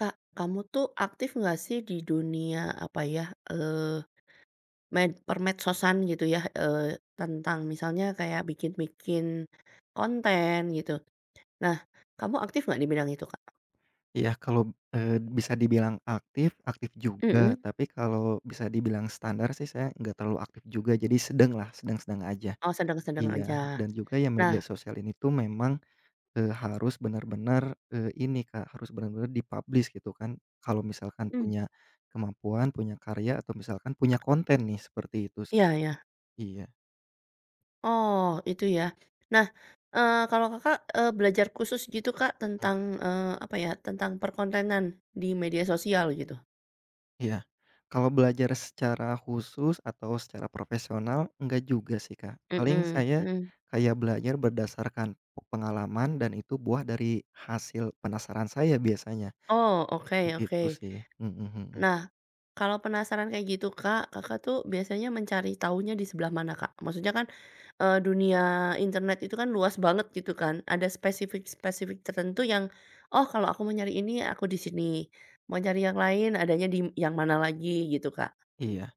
Kak, kamu tuh aktif nggak sih di dunia apa ya, eee, permedsosan gitu ya, tentang misalnya kayak bikin-bikin konten gitu. Nah, kamu aktif nggak di bidang itu, Kak? Iya kalau, bisa dibilang aktif, aktif juga, Mhm. tapi kalau bisa dibilang standar sih saya nggak terlalu aktif juga, jadi sedanglah, sedang-sedang aja. Oh, sedang-sedang Iya, aja. dan juga ya media Nah sosial ini tuh memang, harus benar-benar, ini Kak, harus benar-benar di-publish gitu kan, kalau misalkan mhm, punya kemampuan, punya karya, atau misalkan punya konten nih, seperti itu. iya iya. Iya. Oh, itu ya. Nah, kalau Kakak, belajar khusus gitu, Kak, tentang, apa ya, tentang perkontenan di media sosial gitu? Iya. Kalau belajar secara khusus atau secara profesional, enggak juga sih, Kak. Paling Mhm. saya Mhm. kayak belajar berdasarkan pengalaman dan itu buah dari hasil penasaran saya biasanya, Oh, oke gitu oke. sih. Mhm mhm. Nah, kalau penasaran kayak gitu Kak, Kakak tuh biasanya mencari tahunya di sebelah mana Kak? Maksudnya kan, dunia internet itu kan luas banget gitu kan, ada spesifik-spesifik tertentu yang, "Oh kalau aku mau nyari ini aku di sini, mau cari yang lain adanya di yang mana lagi?" Gitu Kak. Iya.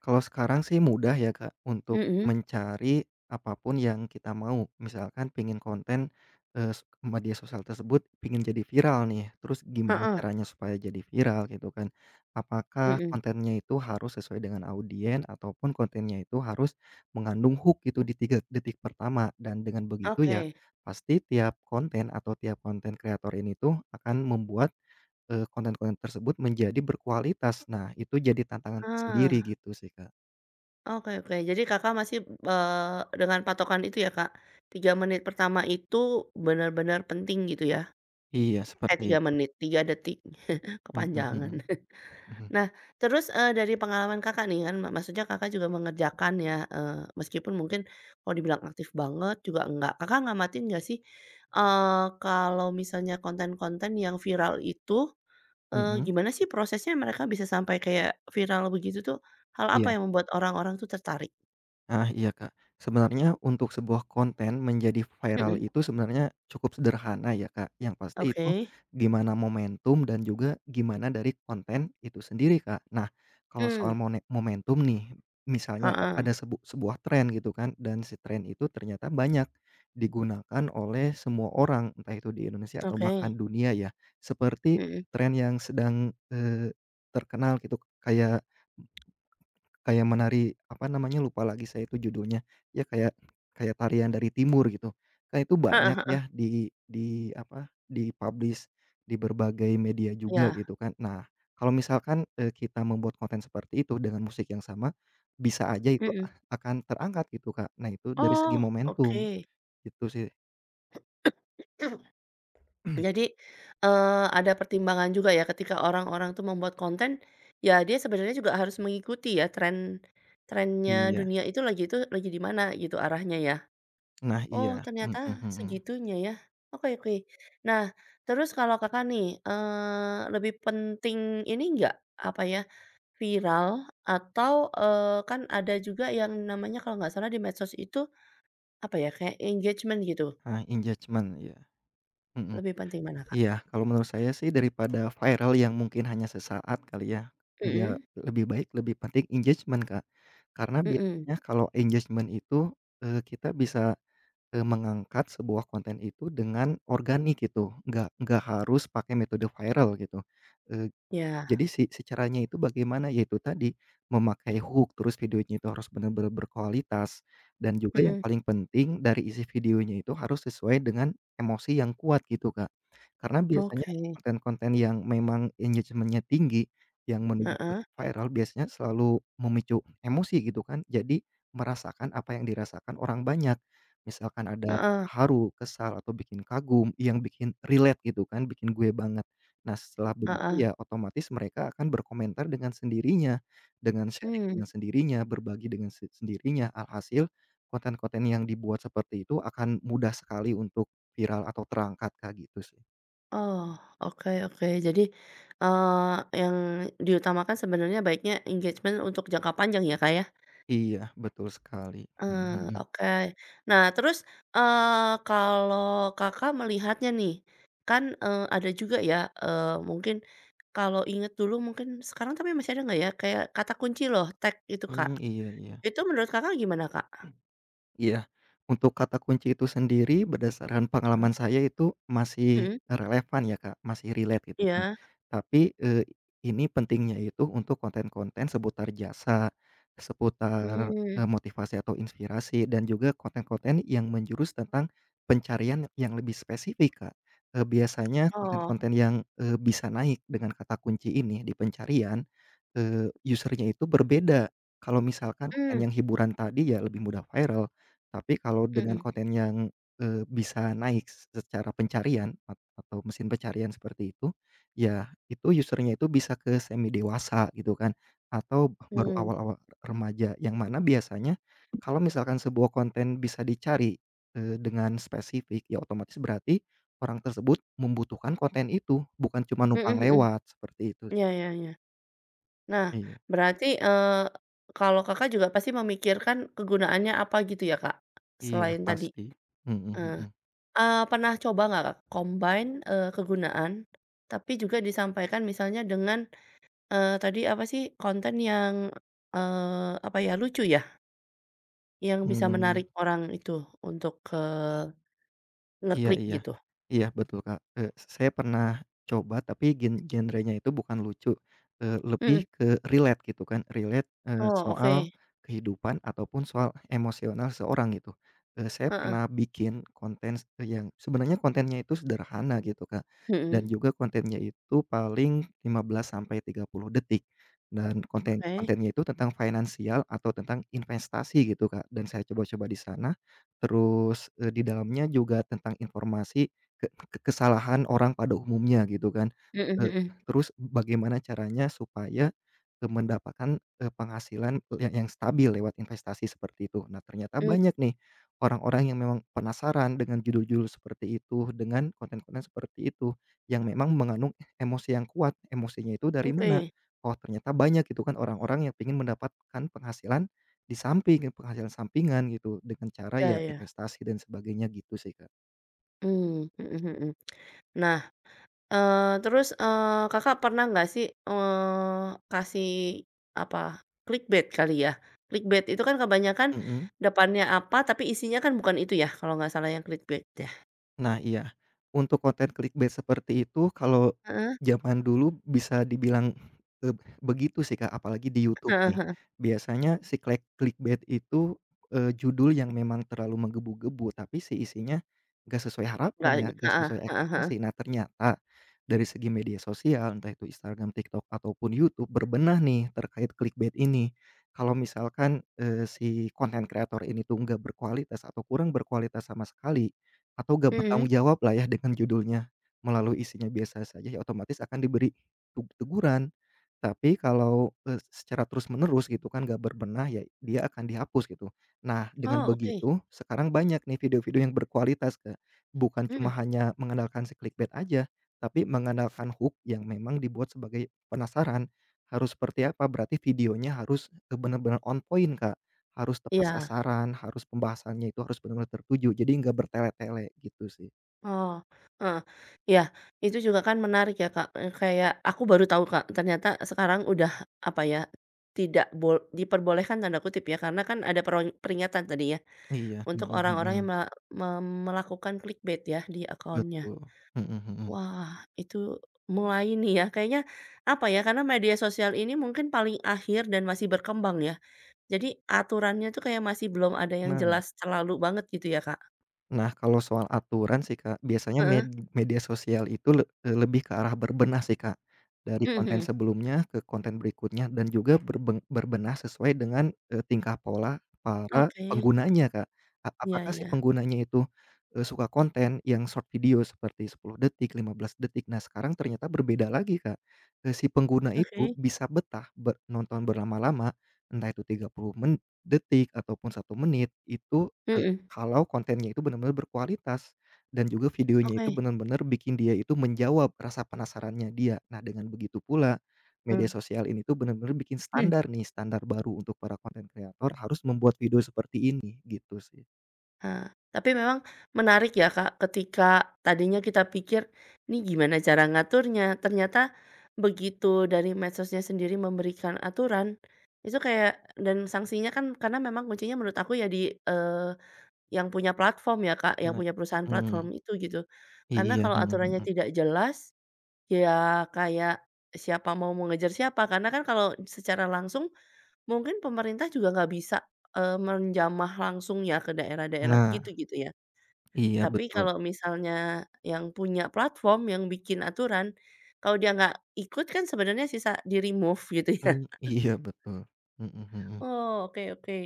Kalau sekarang sih mudah ya Kak, untuk Mhm, mencari apapun yang kita mau. Misalkan pingin konten, eee, s media sosial tersebut pingin jadi viral nih, terus gimana heeh, caranya supaya jadi viral gitu kan. Apakah mhm, kontennya itu harus sesuai dengan audien ataupun kontennya itu harus mengandung hook gitu di 3 detik pertama. Dan dengan begitu ya, oke. pasti tiap konten atau tiap konten kreator ini tuh akan membuat, konten-konten tersebut menjadi berkualitas. Nah, itu jadi tantangan tersendiri Ah, gitu sih, Kak. oke oke. Jadi Kakak masih, dengan patokan itu ya Kak, tiga menit pertama itu benar-benar penting gitu ya? Iya, Eh, seperti 3 itu. menit, 3 detik, Mhm kepanjangan. mhm. Mhm. Nah, terus, dari pengalaman Kakak nih kan maksudnya Kakak juga mengerjakan ya, meskipun mungkin kalau dibilang aktif banget juga enggak. Kakak ngamatin nggak sih, kalau misalnya konten-konten yang viral itu, Mhm, gimana sih prosesnya mereka bisa sampai kayak viral begitu tuh? Hal iya. apa yang membuat orang-orang tuh tertarik? Ah, iya, Kak. Sebenarnya untuk sebuah konten menjadi viral Mhm, itu sebenarnya cukup sederhana ya, Kak. Yang pasti itu oke, gimana momentum dan juga gimana dari konten itu sendiri, Kak. Nah, kalau mmm, soal momentum nih, misalnya heeh, ada sebuah tren gitu kan dan si tren itu ternyata banyak digunakan oleh semua orang, entah itu di Indonesia atau oke, bahkan dunia ya. Seperti mhm, tren yang sedang, terkenal gitu kayak Kayak menari, apa namanya, lupa lagi saya itu judulnya. Ya kayak kayak tarian dari timur gitu. Kan itu heeh banyak heeh, ya di apa, di-publish di berbagai media juga iya, gitu kan. Nah, kalau misalkan, kita membuat konten seperti itu dengan musik yang sama, bisa aja itu mhm. akan terangkat gitu, Kak. Nah itu dari segi Oh, momentum, oke. gitu sih. Jadi, ada pertimbangan juga ya ketika orang-orang tuh membuat konten, ya dia sebenarnya juga harus mengikuti ya trennya Iya. dunia itu lagi di mana gitu arahnya ya. Nah Oh iya. Mhm ternyata mhm. segitunya ya. Oke oke. Nah terus kalau Kakak nih, lebih penting ini enggak, apa ya, viral atau, kan ada juga yang namanya kalau nggak salah di medsos itu, apa ya, kayak engagement gitu. Ah, engagement, iya. Mhm. Lebih penting mana Kak? Iya, kalau menurut saya sih daripada viral yang mungkin hanya sesaat kali ya, ya Mhm lebih baik lebih penting engagement, Kak. Karena mhm. biasanya kalau engagement itu, kita bisa, mengangkat sebuah konten itu dengan organik gitu, nggak harus pakai metode viral gitu, eee Ya, jadi si si caranya itu bagaimana, yaitu tadi, memakai hook, terus videonya itu harus benar-benar berkualitas, dan juga yang mhm. paling penting dari isi videonya itu harus sesuai dengan emosi yang kuat gitu, Kak. Karena biasanya Oke, konten-konten yang memang engagement-nya tinggi, yang menuju ke heeh viral biasanya selalu memicu emosi gitu kan, jadi merasakan apa yang dirasakan orang banyak. Misalkan ada heeh haru, kesal, atau bikin kagum, yang bikin relate gitu kan, bikin gue banget. Nah, setelah begitu heeh, ya otomatis mereka akan berkomentar dengan sendirinya, dengan sharing hmm dengan sendirinya, berbagi dengan sendirinya. Alhasil konten-konten yang dibuat seperti itu akan mudah sekali untuk viral atau terangkat, Kak, gitu sih. oh, oke oke. Jadi, eh yang diutamakan sebenarnya baiknya engagement untuk jangka panjang ya, Kak, ya? Iya, betul sekali. Mhm Eh, mhm. oke. Nah terus, eh kalau Kakak melihatnya nih, kan, ada juga ya, eh mungkin kalau inget dulu mungkin sekarang tapi masih ada nggak ya, kayak kata kunci loh, tag itu, Kak. Mmm, iya iya. Itu menurut Kakak gimana, Kak? Iya, untuk kata kunci itu sendiri berdasarkan Hmm pengalaman saya itu masih mhm, relevan ya, Kak, masih relate gitu kan. iya, Tapi, ini pentingnya itu untuk konten-konten seputar jasa, seputar, mmm, motivasi atau inspirasi dan juga konten-konten yang menjurus tentang pencarian yang lebih spesifik, Kak. Biasanya oh, konten-konten yang, bisa naik dengan kata kunci ini di pencarian, user itu berbeda. Kalau misalkan konten hmm yang hiburan tadi ya lebih mudah viral. Tapi kalau dengan mhm. konten yang, bisa naik secara pencarian atau mesin pencarian seperti itu, ya itu usernya itu bisa ke semi dewasa gitu kan, atau baru Mmm, awal-awal remaja, yang mana biasanya kalau misalkan sebuah konten bisa dicari, dengan spesifik, ya otomatis berarti orang tersebut membutuhkan konten itu, bukan cuma mhm numpang mhm, lewat, seperti itu. iya iya iya. Nah, Iya berarti, kalau Kakak juga pasti memikirkan kegunaannya apa gitu ya, Kak? iya, Selain tadi? pasti. Mhm Heeh. mhm. Pernah coba nggak Kak, combine, kegunaan, tapi juga disampaikan misalnya dengan, tadi apa sih, konten yang, apa ya, lucu ya, yang bisa Mmm. menarik orang itu untuk, Iya ngeklik iya. gitu? Iya betul, Kak. Eee, s saya pernah coba tapi genrenya itu bukan lucu, lebih Mhm. ke relate gitu kan, relate, Oh, soal oke. kehidupan ataupun soal emosional seseorang gitu. Eee, saya Heeh. pernah bikin konten yang sebenarnya kontennya itu sederhana gitu, Kak, dan Mhm. juga kontennya itu paling 15 sampai 30 detik dan konten Oke. kontennya itu tentang finansial atau tentang investasi gitu, Kak, dan saya coba-coba di sana. Terus, di dalamnya juga tentang informasi ke kesalahan orang pada umumnya gitu kan. Mhm Eee, mhm. terus bagaimana caranya supaya, mendapatkan, penghasilan yang stabil lewat investasi seperti itu. Nah ternyata Mmm, banyak nih orang-orang yang memang penasaran dengan judul-judul seperti itu, dengan konten-konten seperti itu, yang memang mengandung emosi yang kuat. Emosinya itu dari mana? oke. Oh ternyata banyak gitu kan orang-orang yang ingin mendapatkan penghasilan di samping, penghasilan sampingan gitu, dengan cara ya Ya ya, investasi dan sebagainya gitu sih, Kak. mmm, mhm mhm. Nah, terus, Kakak pernah nggak sih, kasih apa, clickbait kali ya? Clickbait itu kan kebanyakan Mhm. depannya apa, tapi isinya kan bukan itu ya, kalau nggak salah yang clickbait ya? Nah iya, untuk konten clickbait seperti itu kalau Heeh, zaman dulu bisa dibilang, begitu sih Kak, apalagi di YouTube heeh nih. heeh, Biasanya si clickbait itu, judul yang memang terlalu menggebu-gebu, tapi si isinya nggak sesuai harapan nggak ya, heeh nggak heeh sesuai heeh. ekspektasi. Nah ternyata dari segi media sosial, entah itu Instagram, TikTok, ataupun YouTube berbenah nih terkait clickbait ini. Kalau misalkan, si konten kreator ini tuh nggak berkualitas atau kurang berkualitas sama sekali atau gak bertanggung Mhm. jawab lah ya dengan judulnya, melalui isinya biasa saja, ya otomatis akan diberi teguran. Tapi kalau, secara terus-menerus gitu kan gak berbenah, ya dia akan dihapus gitu. Nah, dengan Oh oke, begitu sekarang banyak nih video-video yang berkualitas, Kak. Bukan cuma mhm, hanya mengandalkan si clickbait aja, tapi mengandalkan hook yang memang dibuat sebagai penasaran. Harus seperti apa, berarti videonya harus, benar-benar on point, Kak. Harus tepat iya. sasaran, harus pembahasannya itu harus benar-benar tertuju, jadi nggak bertele-tele gitu sih. Oh, heeh. Iya, itu juga kan menarik ya, Kak, kayak aku baru tahu, Kak, ternyata sekarang udah, apa ya, tidak diperbolehkan tanda kutip ya, karena kan ada peringatan tadi ya, Iya, untuk mhm orang-orang yang mhm. Melakukan clickbait ya di akunnya. Betul. Mhm mhm. Wah, itu mulai nih ya, kayaknya, apa ya, karena media sosial ini mungkin paling akhir dan masih berkembang ya. Jadi aturannya tuh kayak masih belum ada yang Nah jelas terlalu banget gitu ya, Kak? Nah, kalau soal aturan sih, Kak, biasanya Heeh, media sosial itu lebih ke arah berbenah sih, Kak. Dari mhm konten mhm. sebelumnya ke konten berikutnya dan juga berbenah sesuai dengan, tingkah pola para Oke, penggunanya, Kak. Ya Apakah si ya penggunanya itu, suka konten yang short video seperti 10 detik, 15 detik. Nah, sekarang ternyata berbeda lagi, Kak. Eee, si pengguna itu oke. bisa betah nonton berlama-lama, entah itu 30 detik ataupun 1 menit, itu, Mhm, kalau kontennya itu benar-benar berkualitas dan juga videonya itu oke, benar-benar bikin dia itu menjawab rasa penasarannya dia. Nah, dengan begitu pula media mmm, sosial ini tuh benar-benar bikin mhm. standar nih, standar baru untuk para konten kreator harus membuat video seperti ini, gitu sih. eee, tapi memang menarik ya, Kak, ketika tadinya kita pikir, "Nih gimana cara ngaturnya?" Ternyata begitu dari medsosnya sendiri memberikan aturan, itu kayak dan sanksinya kan karena memang kuncinya menurut aku ya di, eee, yang punya platform ya, Kak, yang Nah punya perusahaan platform mhm, itu gitu. Karena iya, kalau mhm aturannya mhm. tidak jelas, ya kayak siapa mau mengejar siapa, karena kan kalau secara langsung mungkin pemerintah juga nggak bisa, menjamah langsung ya ke daerah-daerah Nah, gitu gitu ya. iya Tapi betul. kalau misalnya yang punya platform, yang bikin aturan, kalau dia nggak ikut kan sebenarnya sisa di-remove gitu ya. Mmm, iya betul. Mhm mhm. Oh, oke oke.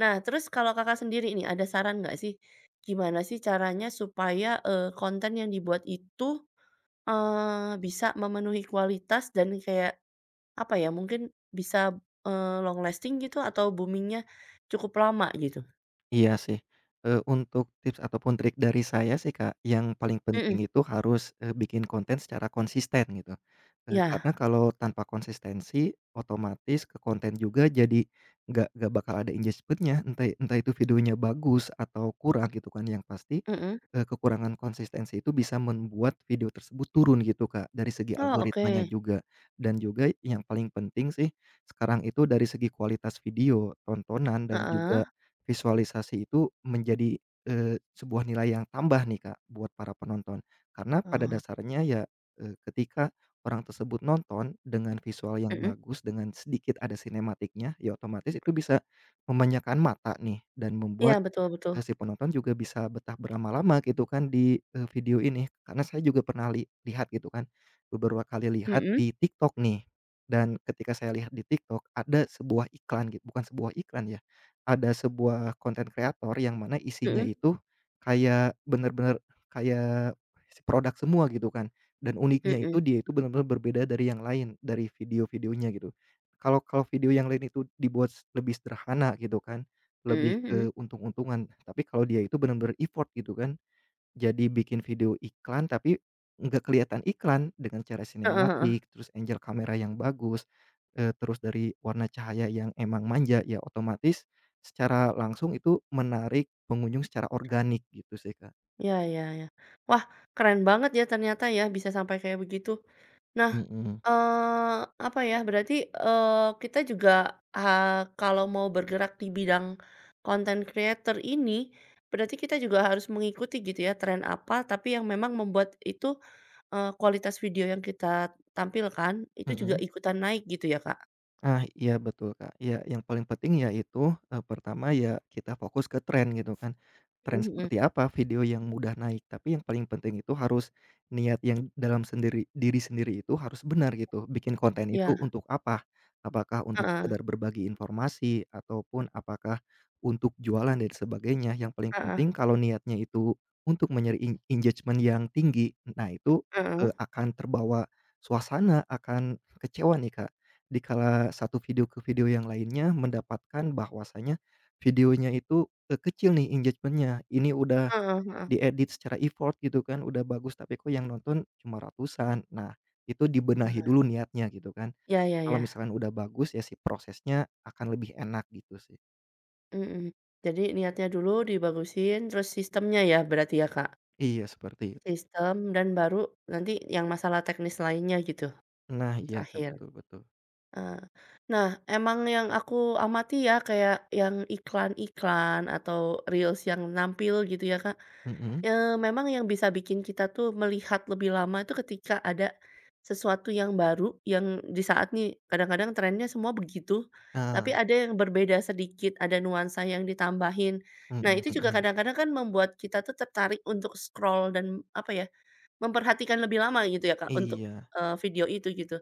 Nah, terus kalau Kakak sendiri nih ada saran nggak sih, gimana sih caranya supaya, konten yang dibuat itu, bisa memenuhi kualitas dan kayak apa ya, mungkin bisa, long lasting gitu atau booming-nya cukup lama gitu? Iya sih, untuk tips ataupun trik dari saya sih, Kak, yang paling penting Mhm, itu harus, bikin konten secara konsisten gitu, karena iya, kalau tanpa konsistensi otomatis ke konten juga jadi nggak bakal ada engagement-nya entah entah itu videonya bagus atau kurang gitu kan, yang pasti, mhm. Kekurangan konsistensi itu bisa membuat video tersebut turun gitu, Kak, dari segi Oh, oke, algoritmanya juga dan juga yang paling penting sih sekarang itu dari segi kualitas video, tontonan dan heeh, juga visualisasi itu menjadi, sebuah nilai yang tambah nih, Kak, buat para penonton. Karena pada oh, dasarnya ya, ketika orang tersebut nonton dengan visual yang mhm, bagus, dengan sedikit ada sinematiknya, ya otomatis itu bisa memanjakan mata nih dan iya membuat. betul betul, Eee, si penonton juga bisa betah berlama-lama gitu kan di, video ini. Karena saya juga pernah lihat gitu kan, beberapa kali lihat mhm di TikTok nih, dan ketika saya lihat di TikTok ada sebuah iklan, bukan sebuah iklan ya, ada sebuah konten kreator yang mana isinya mhm itu kayak bener-bener kayak si produk semua gitu kan, dan uniknya mhm itu dia itu bener-bener berbeda dari yang lain, dari video-videonya gitu. Kalau kalau video yang lain itu dibuat lebih sederhana gitu kan lebih mhm mhm, ke untung-untungan. Tapi kalau dia itu benar-benar effort gitu kan. Jadi bikin video iklan tapi nggak kelihatan iklan dengan cara heeh heeh, sinematik, terus angle kamera yang bagus, terus dari warna cahaya yang emang manja, ya otomatis secara langsung itu menarik pengunjung secara organik gitu sih, Kak. iya iya iya. Wah, keren banget ya ternyata ya bisa sampai kayak begitu. Nah, Mhm, eee, apa ya, berarti, eee, kita juga, eee, kalau mau bergerak di bidang content creator ini, berarti kita juga harus mengikuti gitu ya tren apa, tapi yang memang membuat itu kualitas video yang kita tampilkan, itu juga mhm. ikutan naik gitu ya, Kak? Ah, iya betul, Kak. Ya yang paling penting yaitu, pertama ya kita fokus ke tren gitu kan. Tren Mhm mhm. seperti apa video yang mudah naik, tapi yang paling penting itu harus niat yang dalam sendiri diri sendiri itu harus benar gitu. Bikin konten itu Iya, untuk apa? Apakah untuk heeh sekedar berbagi informasi ataupun apakah untuk jualan dan sebagainya. Yang paling heeh penting kalau niatnya itu untuk mencari engagement yang tinggi, nah itu, heeh akan terbawa suasana, akan kecewa nih, Kak, dikala satu video ke video yang lainnya mendapatkan bahwasanya videonya itu, kecil nih engagement-nya, ini udah heeh heeh diedit secara effort gitu kan, udah bagus tapi kok yang nonton cuma ratusan. Nah, itu dibenahi heeh. dulu niatnya gitu kan. Ya ya Kalau ya, misalkan udah bagus ya si prosesnya akan lebih enak gitu sih. mhm. Jadi niatnya dulu dibagusin, terus sistemnya ya berarti ya, Kak? Iya seperti itu. Sistem dan baru nanti yang masalah teknis lainnya gitu, Nah iya Kak, terakhir. betul betul. Eee, nah emang yang aku amati ya, kayak yang iklan-iklan atau reels yang nampil gitu ya, Kak. Mhm. Memang yang bisa bikin kita tuh melihat lebih lama itu ketika ada sesuatu yang baru, yang di saat nih kadang-kadang trennya semua begitu, tapi Ah, ada yang berbeda sedikit, ada nuansa yang ditambahin. Nah, mhm itu juga mhm. kadang-kadang kan membuat kita tuh tertarik untuk scroll dan, apa ya, memperhatikan lebih lama gitu ya, Kak, untuk, Iya. Video itu gitu.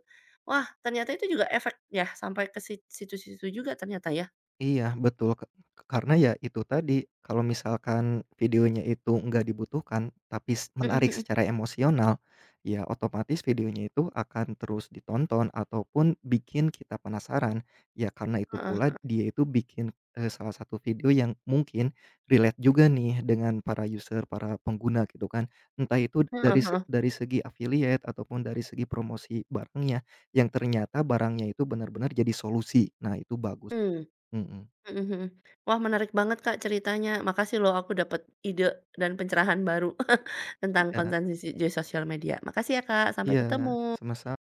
Wah, ternyata itu juga efek ya sampai ke situ-situ juga ternyata ya? Iya betul, Kak, karena ya itu tadi, kalau misalkan videonya itu nggak dibutuhkan, tapi Mhm menarik mhm. secara emosional, ya otomatis videonya itu akan terus ditonton ataupun bikin kita penasaran. Ya karena itu Heeh pula heeh. dia itu bikin, salah satu video yang mungkin relate juga nih dengan para user, para pengguna gitu kan. Entah itu Heeh heeh. dari segi affiliate ataupun dari segi promosi barangnya, yang ternyata barangnya itu benar-benar jadi solusi. Nah itu bagus, Kak. Mmm. Mhm, Mhm mhm. Wah menarik banget Kak ceritanya. Makasih loh aku dapat ide dan pencerahan baru tentang iya konten di sosial media. Makasih ya Kak, sampai iya, ketemu. sama-sama,